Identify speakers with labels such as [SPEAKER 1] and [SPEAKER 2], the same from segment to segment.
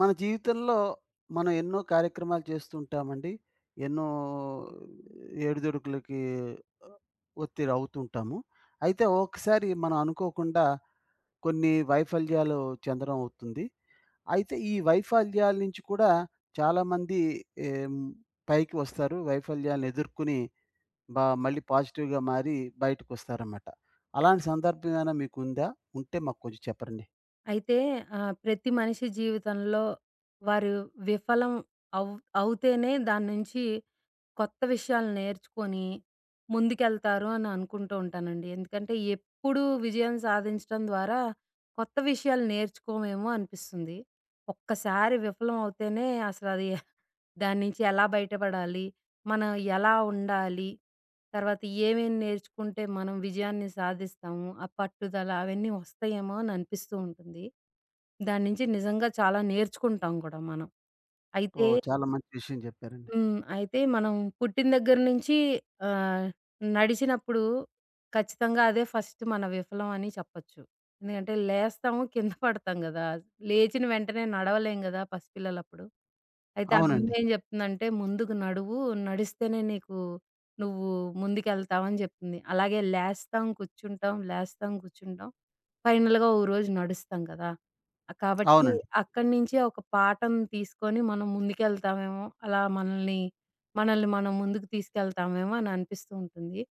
[SPEAKER 1] మన జీవితంలో మనం ఎన్నో కార్యక్రమాలు చేస్తుంటామండి. ఎన్నో ఏడుదొడుకులకి ఒత్తిడి అవుతుంటాము. అయితే ఒకసారి మనం అనుకోకుండా కొన్ని వైఫల్యాలు చెందడం అవుతుంది. అయితే ఈ వైఫల్యాల నుంచి కూడా చాలామంది ఏం పైకి వస్తారు. వైఫల్యాలను ఎదుర్కొని బా మళ్ళీ పాజిటివ్‌గా మారి బయటకొస్తారన్నమాట. అలాంటి సందర్భం ఏమైనా మీకుందా? ఉంటే మాకు కొంచెం చెప్పండి.
[SPEAKER 2] అయితే ప్రతి మనిషి జీవితంలో వారు విఫలం అవ్ అవుతేనే దాని నుంచి కొత్త విషయాలు నేర్చుకొని ముందుకెళ్తారు అని అనుకుంటూ ఉంటానండి. ఎందుకంటే ఎప్పుడూ విజయం సాధించడం ద్వారా కొత్త విషయాలు నేర్చుకోమేమో అనిపిస్తుంది. ఒక్కసారి విఫలం అవుతేనే అసలది దాని నుంచి ఎలా బయటపడాలి? మనం ఎలా ఉండాలి? తర్వాత ఏమేం నేర్చుకుంటే మనం విజయాన్ని సాధిస్తాము? ఆ పట్టుదల అవన్నీ వస్తాయేమో అని అనిపిస్తూ ఉంటుంది. దాని నుంచి నిజంగా చాలా నేర్చుకుంటాం కూడా మనం. అయితే
[SPEAKER 1] ఓహ్! చాలా మంచి విషయం చెప్పారండి.
[SPEAKER 2] హ్మ్. అయితే మనం పుట్టిన దగ్గర నుంచి ఆహ్, నడిచినప్పుడు ఖచ్చితంగా అదే ఫస్ట్ మన విఫలం అని చెప్పొచ్చు. ఎందుకంటే లేస్తాము, కింద పడతాం గదా! లేచిన వెంటనే నడవలేం గదా! పసిపిల్లలప్పుడు. అయితే ఆ హ్మ్. అమ్మ
[SPEAKER 1] అవునండి.
[SPEAKER 2] ఏం జెప్తుందంటే, "ముందుకు నడువు, నడిస్తేనే నీకు నువ్వు ముందుకెళ్తావు" అని జెప్తుంది. అలాగే లేస్తాం, కూర్చుంటాం, లేస్తాం, కూర్చుంటాం. ఫైనల్‌గా ఓ రోజు నడుస్తాం కదా! కాబట్టి
[SPEAKER 1] అవునండి.
[SPEAKER 2] అక్కడి నుంచి ఒక పాఠం తీసుకొని మనం ముందుకెళ్తామేమో, మనల్ని మనం ముందుకు తీసుకెళ్తామేమో అని అనిపిస్తూ ఉంటుంది.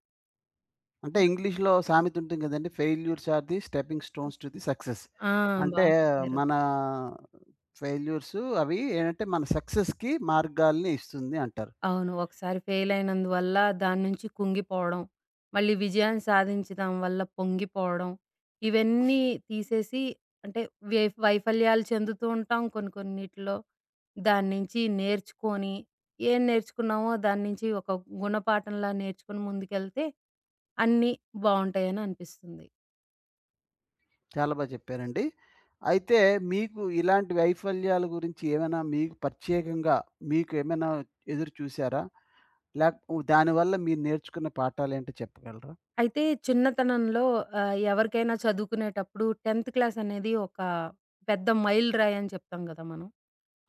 [SPEAKER 1] అంటే ఇంగ్లీష్‌లో సామెత ఉంటుంది కదండీ! Failures are the stepping stones to
[SPEAKER 2] కొంచెం
[SPEAKER 1] ది సక్సెస్.
[SPEAKER 2] సక్సెస్. ఆ! బా
[SPEAKER 1] అంటే
[SPEAKER 2] చెప్పారు.
[SPEAKER 1] మన ఫెయిల్యూర్స్ అవి ఏంటంటే మన సక్సెస్‌కి మార్గాల్ని ఇస్తుంది అంటారు.
[SPEAKER 2] అవును. ఒకసారి ఫెయిలయినందువల్ల దాని నుంచి కుంగిపోవడం, మళ్ళీ విజయాన్ని సాధించడం వల్ల పొంగిపోవడం, ఇవన్నీ తీసేసి అంటే వే వైఫల్యాలు చెందుతూ ఉంటాం. కొన్ని కొన్నిటిలో దాని నుంచి నేర్చుకొని, ఏం నేర్చుకున్నామో దాని నుంచి ఒక గుణపాఠంలా నేర్చుకొని ముందుకెళ్తే అన్నీ బావుంటాయని అనిపిస్తుంది.
[SPEAKER 1] చాలా బా చెప్పారండి. అయితే మీకు ఇలాంటి వైఫల్యాల గురించి ఏమైనా మీకు ప్రత్యేకంగా ఏమైనా ఎదురు చూసారా? లేక దానివల్ల మీరు నేర్చుకున్న పాఠాలేంటో చెప్పగలరా?
[SPEAKER 2] అయితే చిన్నతనంలో ఎవరికైనా చదువుకునేటప్పుడు 10థ్ క్లాస్ అనేది ఒక పెద్ద మైలురాయి అని చెప్తాం గదా మనం.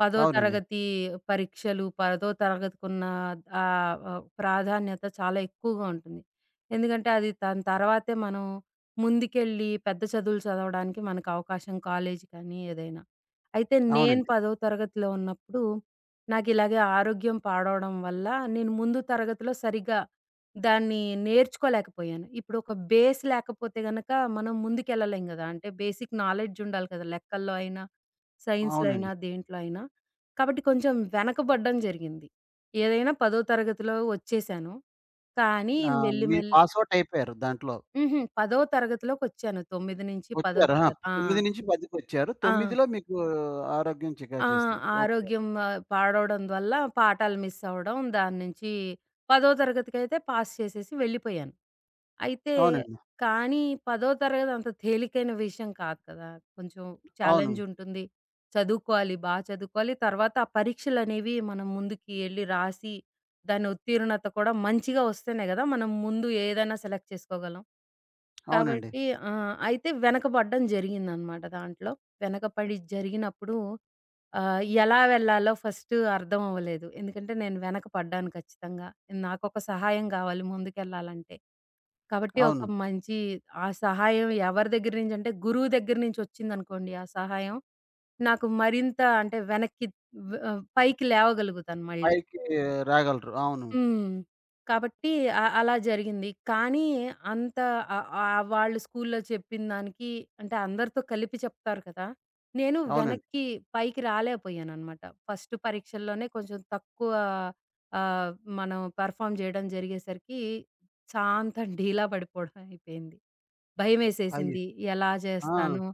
[SPEAKER 2] పదో
[SPEAKER 1] అవునండి.
[SPEAKER 2] తరగతి పరీక్షలు, పదో తరగతికున్న ఆహ్, ఆహ్, ప్రాధాన్యత చాలా ఎక్కువగా ఉంటుంది. ఎందుకంటే, అది దాని తర్వాతే మనం ముందుకెళ్ళి పెద్ద చదువులు చదవడానికి మనకు అవకాశం కాలేజీ కానీ ఏదైనా. అయితే నేను
[SPEAKER 1] అవునండి.
[SPEAKER 2] పదో తరగతిలో ఉన్నప్పుడు నాకిలాగే ఆరోగ్యం పాడవడం వల్ల నేను ముందు తరగతిలో సరిగ్గా దాన్ని నేర్చుకోలేకపోయాను. ఇప్పుడు ఒక బేస్ లేకపోతే గనక మనం ముందుకెళ్ళలేం గదా! అంటే బేసిక్ నాలెడ్జ్ ఉండాలి కదా! లెక్కల్లో అయినా, సైన్స్‌లో
[SPEAKER 1] అవునండి.
[SPEAKER 2] అయినా, దేంట్లో అయినా. కాబట్టి కొంచెం వెనకబడ్డం జరిగింది. ఏదైనా పదో తరగతిలో వచ్చేసాను. కానీ
[SPEAKER 1] ఆ,
[SPEAKER 2] మెల్లి
[SPEAKER 1] మీరు
[SPEAKER 2] మెల్లి
[SPEAKER 1] పాస్ ఔట్ అయిపోయారు దాంట్లో.
[SPEAKER 2] హుహు. పదో తరగతిలోకొచ్చాను. 9 నుంచి పదో
[SPEAKER 1] వచ్చారు. ఆ!
[SPEAKER 2] తరగతి. ఆ!
[SPEAKER 1] 9-10.
[SPEAKER 2] ఆ!
[SPEAKER 1] 9లో మీకు ఆరోగ్యం చికాకు
[SPEAKER 2] ఆ!
[SPEAKER 1] చేసింది. ఓకే.
[SPEAKER 2] ఆరోగ్యం పాడవడం వల్ల పాఠాలు మిస్ అవ్వడం. దాని నుంచి 10థ్ తరగతికైతే పాస్ చేసేసి వెళ్ళిపోయాను. అయితే
[SPEAKER 1] అవునండి.
[SPEAKER 2] కానీ 10థ్ తరగతి అంత తేలికైన విషయం కాదు కదా! కొంచెం
[SPEAKER 1] అవును.
[SPEAKER 2] ఛాలెంజ్ ఉంటుంది. చదువుకోవాలి, బా చదువుకోవాలి. తర్వాత ఆ పరీక్షలనేవి మనం ముందుకి ఎళ్లి రాసి దాని ఉత్తీర్ణత కూడా మంచిగా వస్తేనే కదా! మనం ముందు ఏదైనా సెలెక్ట్ చేసుకోగలం.
[SPEAKER 1] అవునండి.
[SPEAKER 2] కాబట్టి అయితే వెనకబడడం జరిగిందనమాట దాంట్లో. వెనకపడి జరిగినప్పుడు ఎలా వెళ్ళాలో ఫస్ట్ అర్థం అవ్వలేదు. ఎందుకంటే నేను వెనక పడ్డాను ఖచ్చితంగా. నాకొక సహాయం గావాలి ముందుకెళ్ళాలంటే. కాబట్టి
[SPEAKER 1] అవును.
[SPEAKER 2] ఒక మంచి ఆ సహాయం ఎవరి దగ్గర నుంచంటే గురువు దగ్గర నుంచొచ్చిందనుకోండి ఆ సహాయం. నాకు మరింత అంటే వెనక్కి పైకి లేవగలుగుతాను మళ్ళీ.
[SPEAKER 1] పైకి రాగలరు. అవును.
[SPEAKER 2] హ్మ్. కాబట్టి అలా జరిగింది. కానీ అంత ఆహ్, ఆహ్, వాళ్ళు స్కూల్లో చెప్పిన దానికి అంటే అందరితో కలిపి చెప్తారు కదా! నేను
[SPEAKER 1] అవునండి.
[SPEAKER 2] వెనక్కి పైకి రాలేకపోయాననమాట. ఫస్ట్ పరీక్షల్లోనే కొంచెం తక్కువ ఆహ్, మనం పెర్ఫార్మ్ చేయడం జరిగేసరికి శాంతం డీలా పడిపోవడం అయిపోయింది.
[SPEAKER 1] అయ్యో!
[SPEAKER 2] భయమేసేసింది. ఎలా
[SPEAKER 1] ఆ!
[SPEAKER 2] చేస్తాను?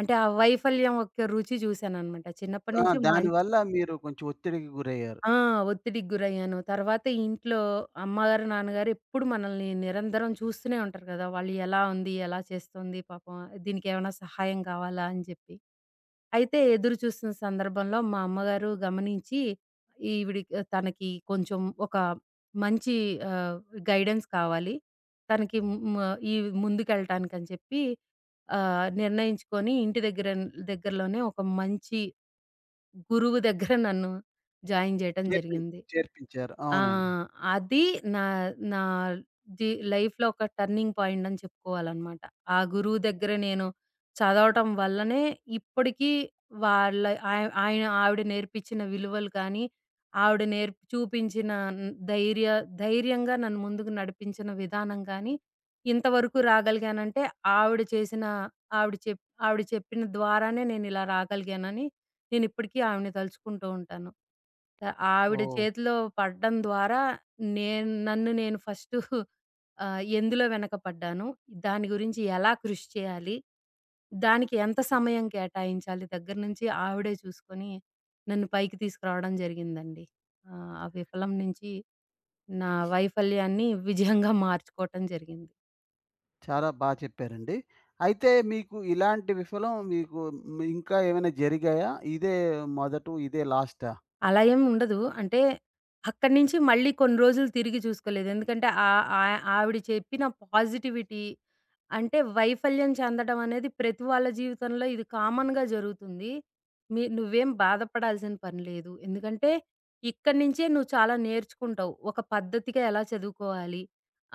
[SPEAKER 2] అంటే ఆ వైఫల్యం యొక్క రుచి చూశాననమాట. చిన్నప్పటి
[SPEAKER 1] ఆ,
[SPEAKER 2] నుంచి
[SPEAKER 1] దానివల్ల మీరు కొంచెం ఒత్తిడికి గురయ్యారు.
[SPEAKER 2] ఆ! ఒత్తిడికి గురయ్యాను. తర్వాత ఇంట్లో అమ్మగారు, నాన్నగారు ఎప్పుడు మనల్ని నిరంతరం చూస్తూనే ఉంటారు కదా! వాళ్ళు ఎలా ఉంది? ఎలా చేస్తుంది? పాపం దీనికేమైనా సహాయం కావాలా? అని చెప్పి. అయితే ఎదురు చూస్తున్న సందర్భంలో మా అమ్మగారు గమనించి ఈవిడికి తనకి కొంచెం ఒక మంచి ఆహ్, గైడెన్స్ కావాలి. తనకి ము ము ఈ ముందుకెళ్ళటానికని చెప్పి నిర్ణయించుకొని ఇంటి దగ్గర దగ్గరలోనే ఒక మంచి గురువు దగ్గర నన్ను జాయిన్ చేయటం
[SPEAKER 1] చేర్పి
[SPEAKER 2] జరిగింది.
[SPEAKER 1] చేర్పించారు.
[SPEAKER 2] ఆ!
[SPEAKER 1] అవునండి.
[SPEAKER 2] అది నా నా లైఫ్‌లో ఒక టర్నింగ్ పాయింట్ అని చెప్పుకోవాలనమాట. ఆ గురువు దగ్గర నేను చదవటం వల్లనే ఇప్పటికీ వాళ్ళ ఆయన ఆవిడ నేర్పించిన విలువలు కానీ, ఆవిడ నేర్పి చూపించిన హ్మ్, ధైర్యంగా నన్ను ముందుకు నడిపించిన విధానం కానీ, ఇంతవరకు రాగలిగానంటే ఆవిడ చేసిన ఆవిడ చెప్పిన ద్వారానే నేనిలా రాగలిగానని నేనిప్పటికీ ఆవిడని తలుచుకుంటూ ఉంటాను. ఆవిడ
[SPEAKER 1] ఓహ్!
[SPEAKER 2] చేతిలో పడడం ద్వారా నన్ను నేను ఫస్టు ఎందులో వెనకపడ్డాను, దాని గురించి ఎలా కృషి చేయాలి, దానికి ఎంత సమయం కేటాయించాలి దగ్గర నుంచి ఆవిడే చూసుకొని నన్ను పైకి తీసుకురావడం జరిగిందండి. ఆ విఫలం నుంచి నా వైఫల్యాన్ని విజయంగా మార్చుకోవటం జరిగింది.
[SPEAKER 1] చాలా బా చెప్పారండి. అయితే మీకు ఇలాంటి విఫలం మీకు ఇంకా ఏమైనా జరిగాయా? ఇదే మొదటు, ఇదే లాస్టా?
[SPEAKER 2] అలా ఏం ఉండదు. అంటే, అక్కడి నుంచి మళ్ళీ కొన్ని రోజులు తిరిగి చూసుకోలేదు. ఎందుకంటే, ఆహ్, ఆహ్, ఆవిడ చెప్పిన పాజిటివిటీ అంటే, వైఫల్యం చెందడం అనేది ప్రతి వాళ్ళ జీవితంలో ఇది కామన్‌గా జరుగుతుంది. నువ్వేం బాధపడాల్సిన పని లేదు. ఎందుకంటే, ఇక్కడి నించే నువ్వు చాలా నేర్చుకుంటావు. ఒక పద్ధతిగా ఎలా చదువుకోవాలి,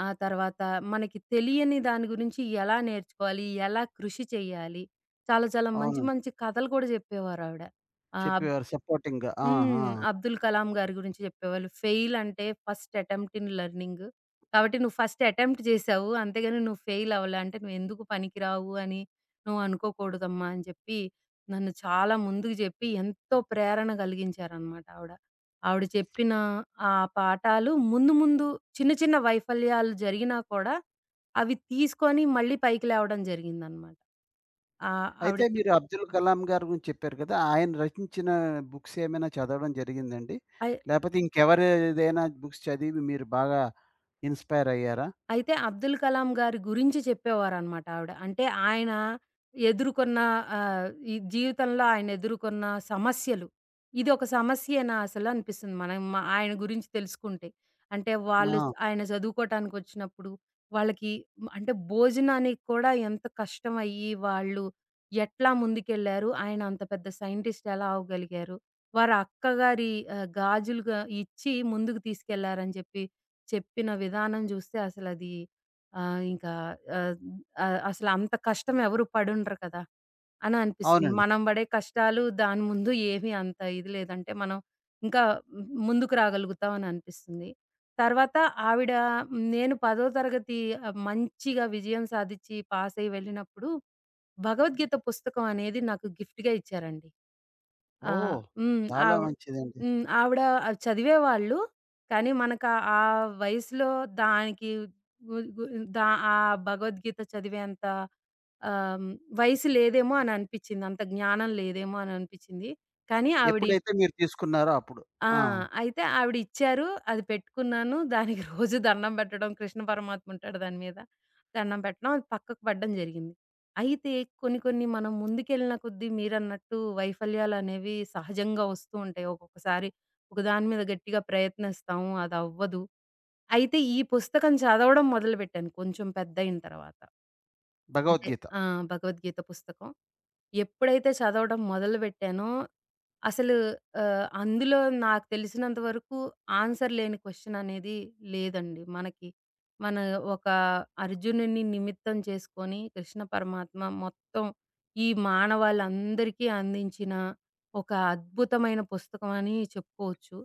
[SPEAKER 2] ఆ తర్వాత మనకి తెలియని దాని గురించి ఎలా నేర్చుకోవాలి, ఎలా కృషి చేయాలి. చాలా చాలా మంచి
[SPEAKER 1] అవును.
[SPEAKER 2] మంచి కథలు కూడా చెప్పేవారావిడ. ఆహ్,
[SPEAKER 1] చెప్పేవారు సపోర్టింగ్‌గా. ఆ! ఆ!
[SPEAKER 2] హ్మ్. 'అబ్దుల్ కలాం' గారి గురించి చెప్పేవాళ్ళు. ఫెయిల్ అంటే ఫస్ట్ అటెంప్ట్ ఇన్ లెర్నింగ్. కాబట్టి నువ్వు ఫస్ట్ అటెంప్ట్ చేశావు. అంతేగాని నువ్వు ఫెయిల్ అవ్వలే. అంటే నువ్వెందుకు పనికిరావు అని నువ్వు అనుకోకూడదమ్మా అని చెప్పి, నన్ను చాలా ముందుకు చెప్పి ఎంతో ప్రేరణ కలిగించారనమాట ఆవిడ. ఆవిడ చెప్పిన ఆ పాఠాలు ముందు ముందు చిన్న చిన్న వైఫల్యాలు జరిగినా కూడా అవి తీసుకొని మళ్ళీ పైకి లేవడం జరిగిందనమాట. ఆహ్, ఆవిడ
[SPEAKER 1] అయితే
[SPEAKER 2] చెప్
[SPEAKER 1] మీరు అబ్దుల్ కలాం గారి గురించి చెప్పారు కదా! ఆయన రచించిన బుక్స్ ఏమైనా చదవడం జరిగిందండి?
[SPEAKER 2] అయ్
[SPEAKER 1] లేపోతే ఇంకెవరిదైనా బుక్స్ చదివి మీరు బాగా ఇన్‌స్పైర్ అయ్యారా?
[SPEAKER 2] అయితే 'అబ్దుల్ కలాం' గారి గురించి చెప్పేవారనమాట ఆవిడ. అంటే ఆయన ఎదుర్కొన్న ఈ జీవితంలో ఆయన ఎదుర్కొన్న సమస్యలు. ఇదొక సమస్యేనా అసలు అనిపిస్తుంది. మనం ఆయన గురించి తెలుసుకుంటే. అంటే వాళ్ళు
[SPEAKER 1] ఆ!
[SPEAKER 2] చ్ ఆయన చదువుకోటానికొచ్చినప్పుడు వాళ్ళకి అంటే భోజనానికి కూడా ఎంత కష్టమయ్యి వాళ్ళు ఎట్లా ముందుకెళ్లారు? ఆయన అంత పెద్ద సైంటిస్ట్ ఎలా అవ్వగలిగారు? వారి అక్కగారి గాజులుగా ఇచ్చి ముందుకు తీసుకెళ్లారని చెప్పి చెప్పిన విధానం జూస్తే అసలది ఇంకా ఆహ్, ఆహ్, అసలంత కష్టం ఎవరు పడుండరు కదా! అని అనిపిస్తుంది.
[SPEAKER 1] అవునండి.
[SPEAKER 2] మనం బడే కష్టాలు దాని ముందు ఏమి అంత ఇది లేదంటే మనం ఇంకా ముందుకు రాగలుగుతాం అని అనిపిస్తుంది. తర్వాత ఆవిడ నేను 10థ్ తరగతి మంచిగా విజయం సాధించి పాసయ్యి వెళ్ళినప్పుడు భగవద్గీత పుస్తకం అనేది నాకు గిఫ్ట్‌గా ఇచ్చారండి. ఆ!
[SPEAKER 1] ఓహ్!
[SPEAKER 2] హ్మ్.
[SPEAKER 1] చాలా మంచిదండి.
[SPEAKER 2] హ్మ్. ఆవిడ అది చదివేవాళ్ళు. కానీ మనకు ఆ వయసులో దానికి గు గు దా ఆ భగవద్గీత చదివేంత ఆహ్, వయసు లేదేమో అని అనిపిచ్చింది. అంత జ్ఞానం లేదేమో అని అనిపిచ్చింది. కానీ ఆవిడ ఈ
[SPEAKER 1] ఎప్పుడైతే మీరు తీసుకున్నారో అప్పుడు.
[SPEAKER 2] ఆ!
[SPEAKER 1] ఆ!
[SPEAKER 2] అయితే ఆవిడిచ్చారు. అది పెట్టుకున్నాను. దానికి రోజు దండం పెట్టడం, కృష్ణ పరమాత్మ ఉంటాడు దాని మీద. దండం పెట్టడం, అది పక్కకు పడడం జరిగింది. అయితే కొన్ని కొన్ని మనం ముందుకెళ్ళిన కొద్దీ మీరన్నట్టు వైఫల్యాలనేవి సహజంగా వస్తూ ఉంటాయి. ఒక్కొక్కసారి ఒక దాని మీద గట్టిగా ప్రయత్నిస్తాము. అదవ్వదు. అయితే ఈ పుస్తకం చదవడం మొదలుపెట్టాను కొంచెం పెద్దయిన తర్వాత. అంటే
[SPEAKER 1] భగవద్గీత.
[SPEAKER 2] ఆ! భగవద్గీత పుస్తకం. ఎప్పుడైతే చదవడం మొదలుపెట్టానో, అసలు అందులో నాకు తెలిసినంత వరకు ఆన్సర్ లేని క్వెషన్ అనేది లేదండి. మనకి మన ఒక అర్జునుడిని నిమిత్తం చేసుకొని కృష్ణ పరమాత్మ మొత్తం ఈ మానవాళందరికీ అందించిన ఒక అద్భుతమైన పుస్తకం అని చెప్పుకోవచ్చు.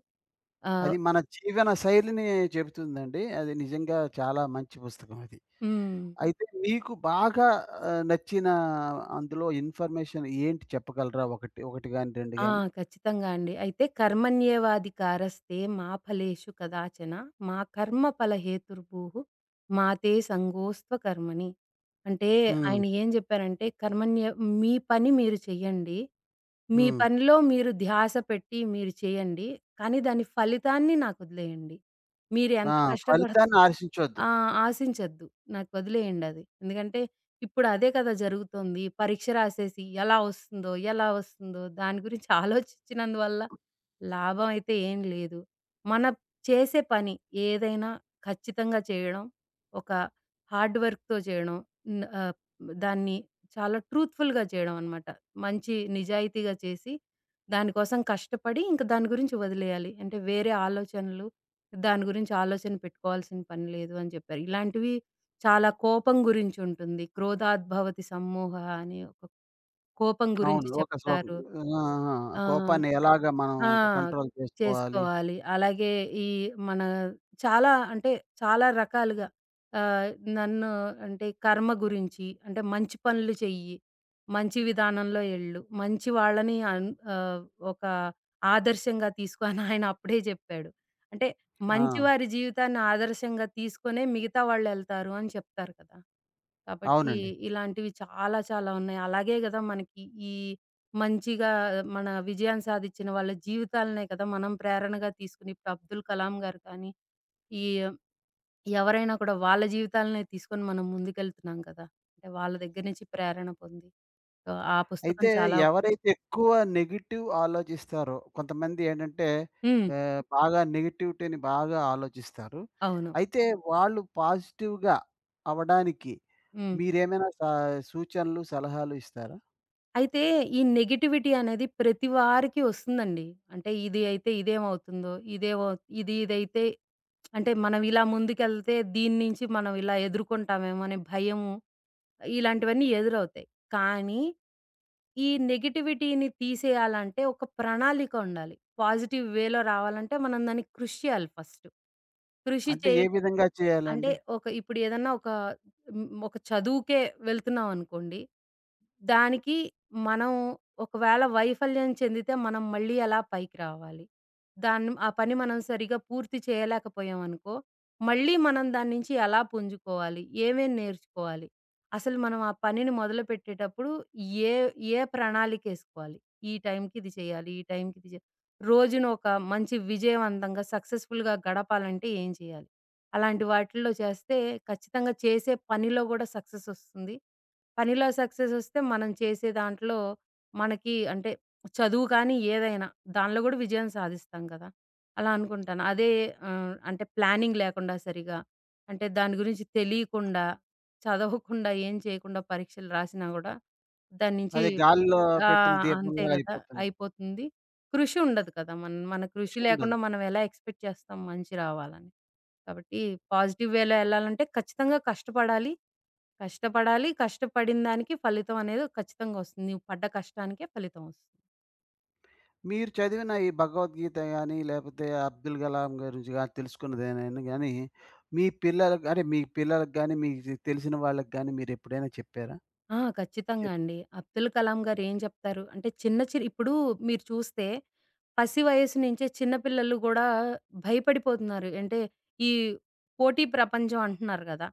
[SPEAKER 2] ఆహ్
[SPEAKER 1] అది మన జీవన శైలిని చెబుతుందండి. అది నిజంగా చాలా మంచి పుస్తకం అది.
[SPEAKER 2] హ్మ్.
[SPEAKER 1] అయితే మీకు బాగా నచ్చిన అందులో ఇన్ఫర్మేషన్ ఏంటి చెప్పగలరా? ఒకటి, ఒకటి గాని, 2
[SPEAKER 2] ఆ!
[SPEAKER 1] గాని?
[SPEAKER 2] ఖచ్చితంగా అండి. అయితే కర్మణ్యేవాధికారస్తే మా ఫలేషు కదాచన మా కర్మ ఫల హేతుర్భూః మాతే సంగోస్త్వ కర్మణి. అంటే
[SPEAKER 1] హ్మ్.
[SPEAKER 2] ఆయన ఏం జెప్పారంటే మీ పని మీరు చెయ్యండి. మీ
[SPEAKER 1] హ్మ్.
[SPEAKER 2] పనిలో మీరు ధ్యాస పెట్టి మీరు చేయండి. కానీ దాని ఫలితాన్ని నాకొదిలేయండి. మీరు
[SPEAKER 1] ఆ!
[SPEAKER 2] ఎంత కష్టపడత
[SPEAKER 1] ఫలితాన్ని ఆశించొద్దు.
[SPEAKER 2] ఆ! ఆశించొద్దు. నాకొదిలేయండది. ఎందుకంటే ఇప్పుడదే కదా జరుగుతోంది. పరీక్ష రాసేసి ఎలా వస్తుందో, ఎలా వస్తుందో దాని గురించి ఆలోచించినందువల్ల లాభం అయితే ఏం లేదు. మన చేసే పని ఏదైనా ఖచ్చితంగా చేయడం, ఒక హార్డ్ వర్క్‌తో చేయడం. న్ ఆహ్, దాన్ని చాలా ట్రూత్‌ఫుల్‌గా చేయడం అనమాట. మంచి నిజాయితీగా చేసి, దానికోసం కష్టపడి ఇంక దాని గురించి వదిలేయాలి. అంటే వేరే ఆలోచనలు, దాని గురించి ఆలోచన పెట్టుకోవాల్సిన పని లేదు అని చెప్పారు. ఇలాంటివి చాలా కోపం గురించుంటుంది. 'క్రోధాద్భవతి సమ్మోహః' అని ఒక కోపం
[SPEAKER 1] అవును.
[SPEAKER 2] గురించి
[SPEAKER 1] ఒక శ్లోకం.
[SPEAKER 2] చెప్తారు.
[SPEAKER 1] ఆ! ఆ!
[SPEAKER 2] ఆ!
[SPEAKER 1] కోపాన్ని ఎలాగా మనం
[SPEAKER 2] ఆ!
[SPEAKER 1] కంట్రోల్ చేసుకోవాలి.
[SPEAKER 2] చేసుకోవాలి. అలాగే ఈ మన చాలా అంటే చాలా రకాలుగా ఆహ్, నన్ను అంటే కర్మ గురించి అంటే మంచి పనులు చెయ్యి, మంచి విధానంలో ఎళ్ళు, మంచి వాళ్ళని అన్ ఆహ్, ఒక ఆదర్శంగా తీసుకో అని ఆయన అప్పుడే జెప్పాడు. అంటే
[SPEAKER 1] ఆ!
[SPEAKER 2] మంచివారి జీవితాన్ని ఆదర్శంగా తీసుకొనే మిగతా వాళ్ళెళ్తారు అని చెప్తారు కదా! కాబట్టి
[SPEAKER 1] అవునండి.
[SPEAKER 2] ఇలాంటివి చాలా చాలా ఉన్నాయి. అలాగే గదా! మనకి ఈ మంచిగా మన విజయాన్ని సాధిచ్చిన వాళ్ళ జీవితాలనే కదా మనం ప్రేరణగా తీసుకొని ఇప్పుడు అబ్దుల్ కలాం గారు కానీ, ఈ ఎవరైనా కూడా వాళ్ళ జీవితాలనే తీసుకొని మనం ముందుకెళ్తున్నాం కదా! అంటే వాళ్ళ దగ్గర నుంచి ప్రేరణ పొంది. సో, ఆ పుస్తకం
[SPEAKER 1] అయితే
[SPEAKER 2] చాలా
[SPEAKER 1] ఎవరైతే ఎక్కువ నెగెటివ్ ఆలోచిస్తారో కొంతమంది ఏంటంటే
[SPEAKER 2] హ్మ్.
[SPEAKER 1] బాగా నెగటివిటీని బాగా ఆలోచిస్తారు.
[SPEAKER 2] అవును.
[SPEAKER 1] అయితే వాళ్ళు పాజిటివ్‌గా అవ్వడానికి
[SPEAKER 2] హ్మ్.
[SPEAKER 1] మీరేమైనా సూచనలు, సలహాలు ఇస్తారా?
[SPEAKER 2] అయితే ఈ నెగెటివిటీ అనేది ప్రతి వారికి వస్తుందండి. అంటే ఇది అయితే ఇదేమవుతుందో? ఇదేమో ఇది ఇదైతే అంటే మనం ఇలా ముందుకెళ్తే దీని నుంచి మనం ఇలా ఎదుర్కొంటామేమో అనే భయము, ఇలాంటివన్నీ ఎదురవుతాయి. కానీ, ఈ నెగటివిటీని తీసేయాలంటే ఒక ప్రణాళిక ఉండాలి. పాజిటివ్ వేలో రావాలంటే మనం దానికి కృషి చేయాలి ఫస్ట్. కృషి
[SPEAKER 1] అంటే
[SPEAKER 2] చేయ
[SPEAKER 1] ఏ విధంగా
[SPEAKER 2] అంటే
[SPEAKER 1] చేయాలండి?
[SPEAKER 2] ఇప్పుడు ఏదన్నా ఒక హ్మ్. ఒక చదువుకే వెళ్తున్నామనుకోండి, దానికి మనం ఒకవేళ వైఫల్యం చెందితే మనం మళ్ళీ ఎలా పైకి రావాలి? దాన్ని ఆ పని మనం సరిగ్గా పూర్తి చేయలేకపోయామనుకో, మళ్ళీ మనం దాని నుంచి ఎలా పుంజుకోవాలి? ఏమేం నేర్చుకోవాలి? అసలు మనం ఆ పనిని మొదలుపెట్టేటప్పుడు ఏ ఏ ప్రణాళికేసుకోవాలి? ఈ టైంకి ఇది చేయాలి. ఈ టైంకి ఇది చే రోజును ఒక మంచి విజయవంతంగా సక్సెస్‌ఫుల్‌గా గడపాలంటే ఏం చేయాలి? అలాంటి వాటిల్లో చేస్తే ఖచ్చితంగా చేసే పనిలో గూడా సక్సెస్ ఒస్తుంది. పనిలో సక్సెస్ ఒస్తే మనం చేసే దాంట్లో మనకి అంటే చదువు కానీ ఏదైనా దానిలో గూడా విజయం సాధిస్తాం కదా! అలా అనుకుంటాను. అదే అంటే ప్లానింగ్ లేకుండా సరిగా అంటే దాని గురించి తెలియకుండా, చదవకుండా, ఏం చేయకుండా పరీక్షలు రాసినా గూడా దాన్నించి
[SPEAKER 1] అదే గాలిలో
[SPEAKER 2] ఆ!
[SPEAKER 1] పెట్టిన
[SPEAKER 2] అంతే
[SPEAKER 1] దీపంలాగా
[SPEAKER 2] గదా!
[SPEAKER 1] అయిపోతుంది.
[SPEAKER 2] అయిపోతుంది. కృషి ఉండదు కదా! మన మన కృషి
[SPEAKER 1] కృషి ఉండదు.
[SPEAKER 2] లేకుండా మనం ఎలా ఎక్స్‌పెక్ట్ చేస్తాం మంచి రావాలని. కాబట్టి పాజిటివ్ వేలో ఎళ్ళాలంటే ఖచ్చితంగా కష్టపడాలి. కష్టపడాలి. కష్టపడిన దానికి ఫలితం అనేది ఖచ్చితంగా వస్తుంది. నువ్వు పడ్డ కష్టానికే ఫలితం వస్తుంది.
[SPEAKER 1] మీరు చదివిన ఈ భగవద్గీత గాని, లేపోతే అబ్దుల్ కలాం గురించి గాని తెలుసుకున్నదేనైనా గాని, మీ పిల్లలకి గాని, మీకు తెలిసిన వాళ్ళకి గాని మీరెప్పుడైనా చెప్పారా?
[SPEAKER 2] ఆ! ఖచ్చితంగా
[SPEAKER 1] చెప్
[SPEAKER 2] అండి. అబ్దుల్ కలాం గారు ఏం జెప్తారు అంటే చిన్న చిన్న ఇప్పుడు మీరు చూస్తే పసి వయస్సు నుంచే చిన్న పిల్లలు గూడా భయపడిపోతున్నారు. అంటే ఈ పోటీ ప్రపంచం అంటున్నారు గదా!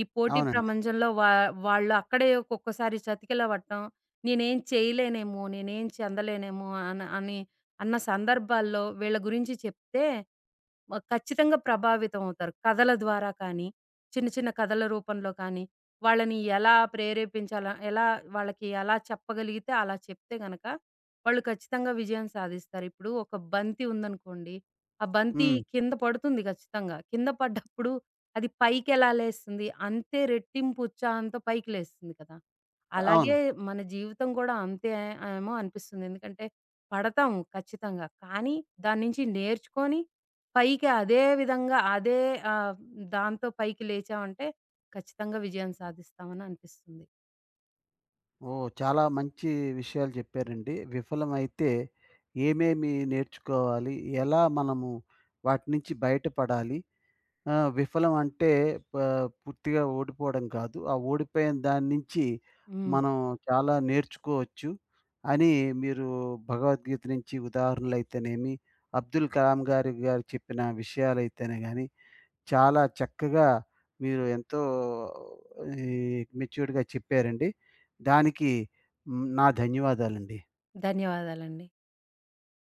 [SPEAKER 2] ఈ పోటీ
[SPEAKER 1] అవునండి.
[SPEAKER 2] ప్రపంచంలో వా వాళ్ళు అక్కడే ఒక్కొక్కసారి చతికిల పట్టం. నేనేం చెందలేనేమో అని అన్న సందర్భాల్లో వీళ్ళ గురించి చెప్తే ఖచ్చితంగా ప్రభావితం అవుతారు. కథల ద్వారా కానీ, చిన్న చిన్న కథల రూపంలో కానీ, వాళ్ళని ఎలా ప్రేరేపించాలా, ఎలా వాళ్ళకి ఎలా చెప్పగలిగితే అలా చెప్తే గనక, వాళ్ళు ఖచ్చితంగా విజయం సాధిస్తారు. ఇప్పుడు ఒక బంతి ఉందనుకోండి, ఆ బంతి
[SPEAKER 1] హ్మ్.
[SPEAKER 2] కింద పడుతుంది ఖచ్చితంగా. కింద పడ్డప్పుడు అది పైకెలా లేస్తుంది, అంతే రెట్టింపు ఉత్సాహంతో పైకి లేస్తుంది కదా!
[SPEAKER 1] అవును.
[SPEAKER 2] అలాగే మన జీవితం కూడా అంతే ఏమో అనిపిస్తుంది. ఎందుకంటే పడతాము ఖచ్చితంగా. కానీ దాని నుంచి నేర్చుకొని పైకి అదే విధంగా అదే ఆహ్, దాంతో పైకి లేచామంటే ఖచ్చితంగా విజయం సాధిస్తామని అనిపిస్తుంది.
[SPEAKER 1] ఓహ్! చాలా మంచి విషయాలు చెప్పారండి. విఫలమైతే ఏమేమి నేర్చుకోవాలి? ఎలా మనము వాటి నుంచి బయటపడాలి? ఆ! విఫలం అంటే ప పూర్తిగా ఓడిపోవడం కాదు. ఆ ఓడిపోయిన దాని నుంచి
[SPEAKER 2] హ్మ్.
[SPEAKER 1] మనం చాలా నేర్చుకోవచ్చు అని మీరు భగవద్గీత నుంచి ఉదాహరణలైతేనేమి, అబ్దుల్ కలాం గారు చెప్పిన విషయాలైతేనే గాని, చాలా చక్కగా మీరు ఎంతో ఈ మెచ్యూర్డ్‌గా చెప్పారండి. దానికి హ్మ్, నా ధన్యవాదాలండి.
[SPEAKER 2] ధన్యవాదాలండి.